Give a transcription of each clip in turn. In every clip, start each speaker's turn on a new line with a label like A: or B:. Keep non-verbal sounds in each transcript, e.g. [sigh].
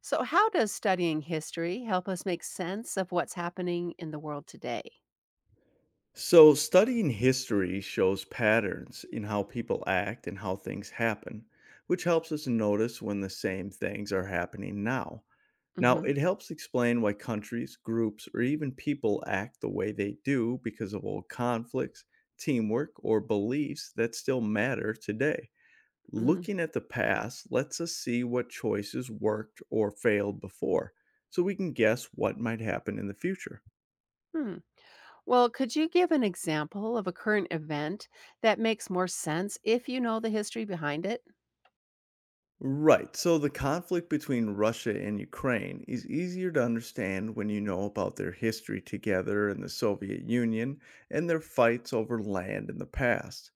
A: So, how does studying history help us make sense of what's happening in the world today?
B: So, studying history shows patterns in how people act and how things happen, which helps us notice when the same things are happening now. Now,
A: Hmm.
B: it helps explain why countries, groups, or even people act the way they do because of old conflicts, teamwork, or beliefs that still matter today.
A: Hmm.
B: Looking at the past lets us see what choices worked or failed before, so we can guess what might happen in the future.
A: Well, could you give an example of a current event that makes more sense if you know the history behind it?
B: Right. So the conflict between Russia and Ukraine is easier to understand when you know about their history together in the Soviet Union and their fights over land in the past.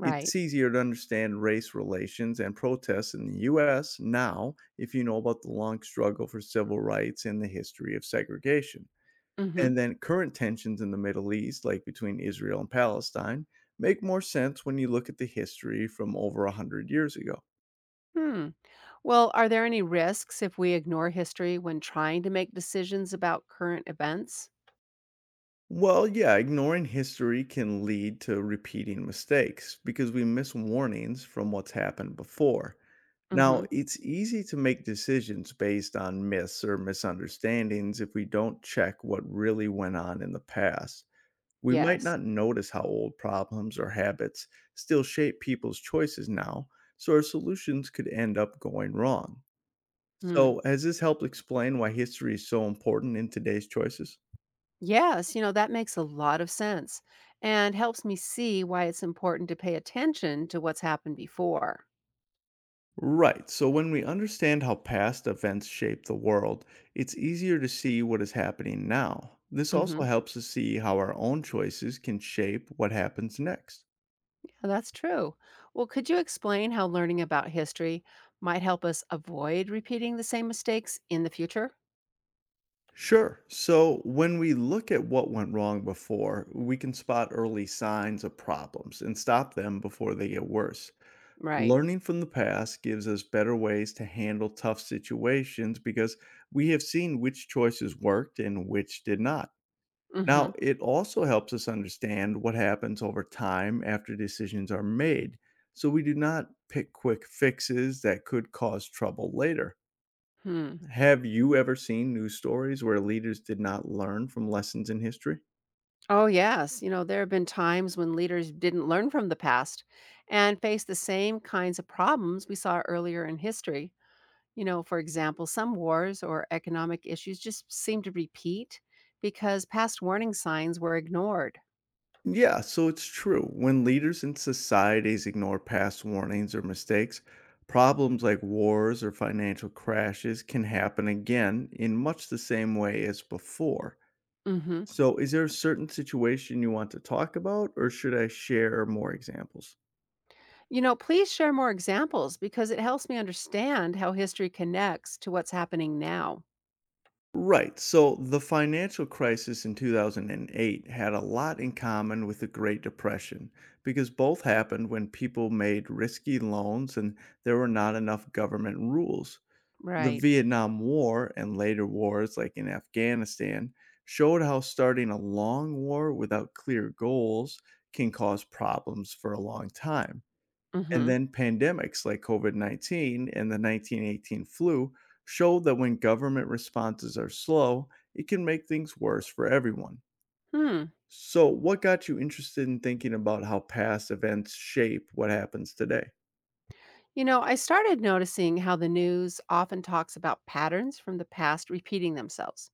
B: It's easier to understand race relations and protests in the US now if you know about the long struggle for civil rights and the history of segregation. And
A: Hmm.
B: then current tensions in the Middle East, like between Israel and Palestine, make more sense when you look at the history from over 100 years ago.
A: Hmm. Well, are there any risks if we ignore history when trying to make decisions about current events?
B: Well, yeah, ignoring history can lead to repeating mistakes because we miss warnings from what's happened before. Now,
A: Hmm.
B: it's easy to make decisions based on myths or misunderstandings if we don't check what really went on in the past. We might
A: Yes.
B: not notice how old problems or habits still shape people's choices now, so our solutions could end up going wrong.
A: Hmm.
B: So, has this helped explain why history is so important in today's choices?
A: Yes, that makes a lot of sense and helps me see why it's important to pay attention to what's happened before.
B: Right. So when we understand how past events shape the world, it's easier to see what is happening now. This also
A: Mhm.
B: helps us see how our own choices can shape what happens next.
A: Yeah, that's true. Well, could you explain how learning about history might help us avoid repeating the same mistakes in the future?
B: Sure. So when we look at what went wrong before, we can spot early signs of problems and stop them before they get worse.
A: Right.
B: Learning from the past gives us better ways to handle tough situations because we have seen which choices worked and which did not.
A: Hmm.
B: Now, it also helps us understand what happens over time after decisions are made, so we do not pick quick fixes that could cause trouble later.
A: Hmm.
B: Have you ever seen news stories where leaders did not learn from lessons in history?
A: Oh, yes. There have been times when leaders didn't learn from the past and faced the same kinds of problems we saw earlier in history. For example, some wars or economic issues just seem to repeat because past warning signs were ignored.
B: Yeah, so it's true. When leaders and societies ignore past warnings or mistakes, problems like wars or financial crashes can happen again in much the same way as before. So, is there a certain situation you want to talk about, or should I share more examples?
A: Please share more examples because it helps me understand how history connects to what's happening now.
B: Right. So, the financial crisis in 2008 had a lot in common with the Great Depression because both happened when people made risky loans and there were not enough government rules. The
A: Right.
B: Vietnam War and later wars, like in Afghanistan, showed how starting a long war without clear goals can cause problems for a long time. And
A: Hmm.
B: then pandemics like COVID 19 and the 1918 flu show that when government responses are slow, it can make things worse for everyone.
A: Hmm.
B: So, what got you interested in thinking about how past events shape what happens today?
A: I started noticing how the news often talks about patterns from the past repeating themselves.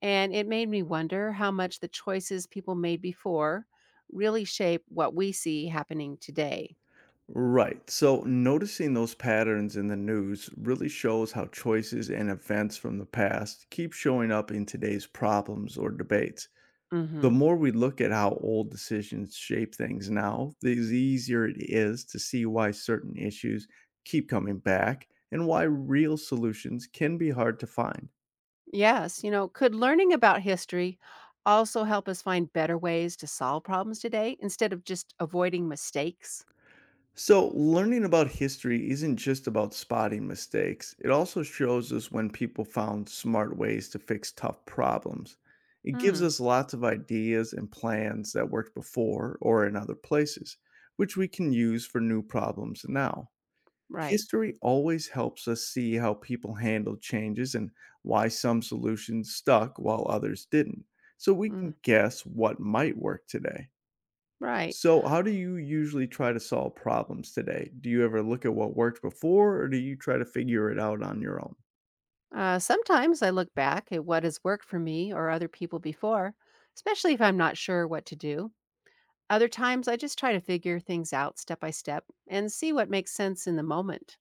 A: And it made me wonder how much the choices people made before really shape what we see happening today.
B: Right. So, noticing those patterns in the news really shows how choices and events from the past keep showing up in today's problems or debates. The
A: Hmm.
B: more we look at how old decisions shape things now, the easier it is to see why certain issues keep coming back and why real solutions can be hard to find.
A: Yes. Could learning about history also help us find better ways to solve problems today instead of just avoiding mistakes?
B: So, learning about history isn't just about spotting mistakes, it also shows us when people found smart ways to fix tough problems. It gives
A: Hmm.
B: us lots of ideas and plans that worked before or in other places, which we can use for new problems now.
A: Right.
B: History always helps us see how people handled changes and why some solutions stuck while others didn't, so we
A: Mm,
B: can guess what might work today.
A: right.
B: So, how do you usually try to solve problems today? Do you ever look at what worked before, or do you try to figure it out on your own?
A: Sometimes I look back at what has worked for me or other people before, especially if I'm not sure what to do. Other times I just try to figure things out step by step and see what makes sense in the moment.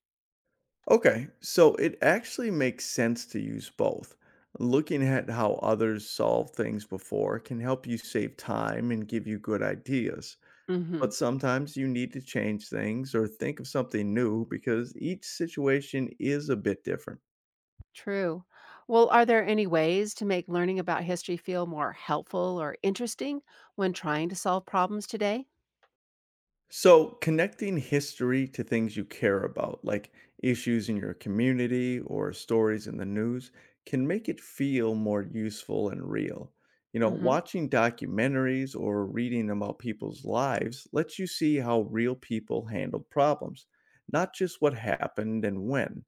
B: Okay, so it actually makes sense to use both. Looking at how others solve things before can help you save time and give you good ideas.
A: Hmm.
B: But sometimes you need to change things or think of something new because each situation is a bit different.
A: True. Well, are there any ways to make learning about history feel more helpful or interesting when trying to solve problems today?
B: So, connecting history to things you care about, like issues in your community or stories in the news, can make it feel more useful and real. You know,
A: Hmm.
B: watching documentaries or reading about people's lives lets you see how real people handled problems, not just what happened and when.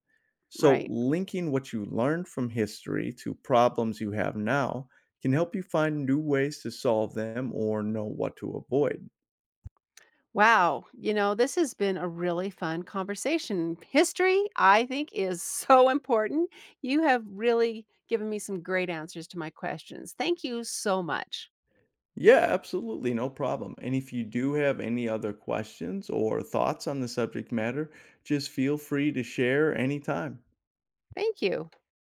B: So,
A: Right.
B: linking what you learned from history to problems you have now can help you find new ways to solve them or know what to avoid.
A: Wow. This has been a really fun conversation. History, I think, is [laughs] so important. You have really given me some great answers to my questions. Thank you so much.
B: Yeah, absolutely. No problem. And if you do have any other questions or thoughts on the subject matter, just feel free to share anytime.
A: Thank you.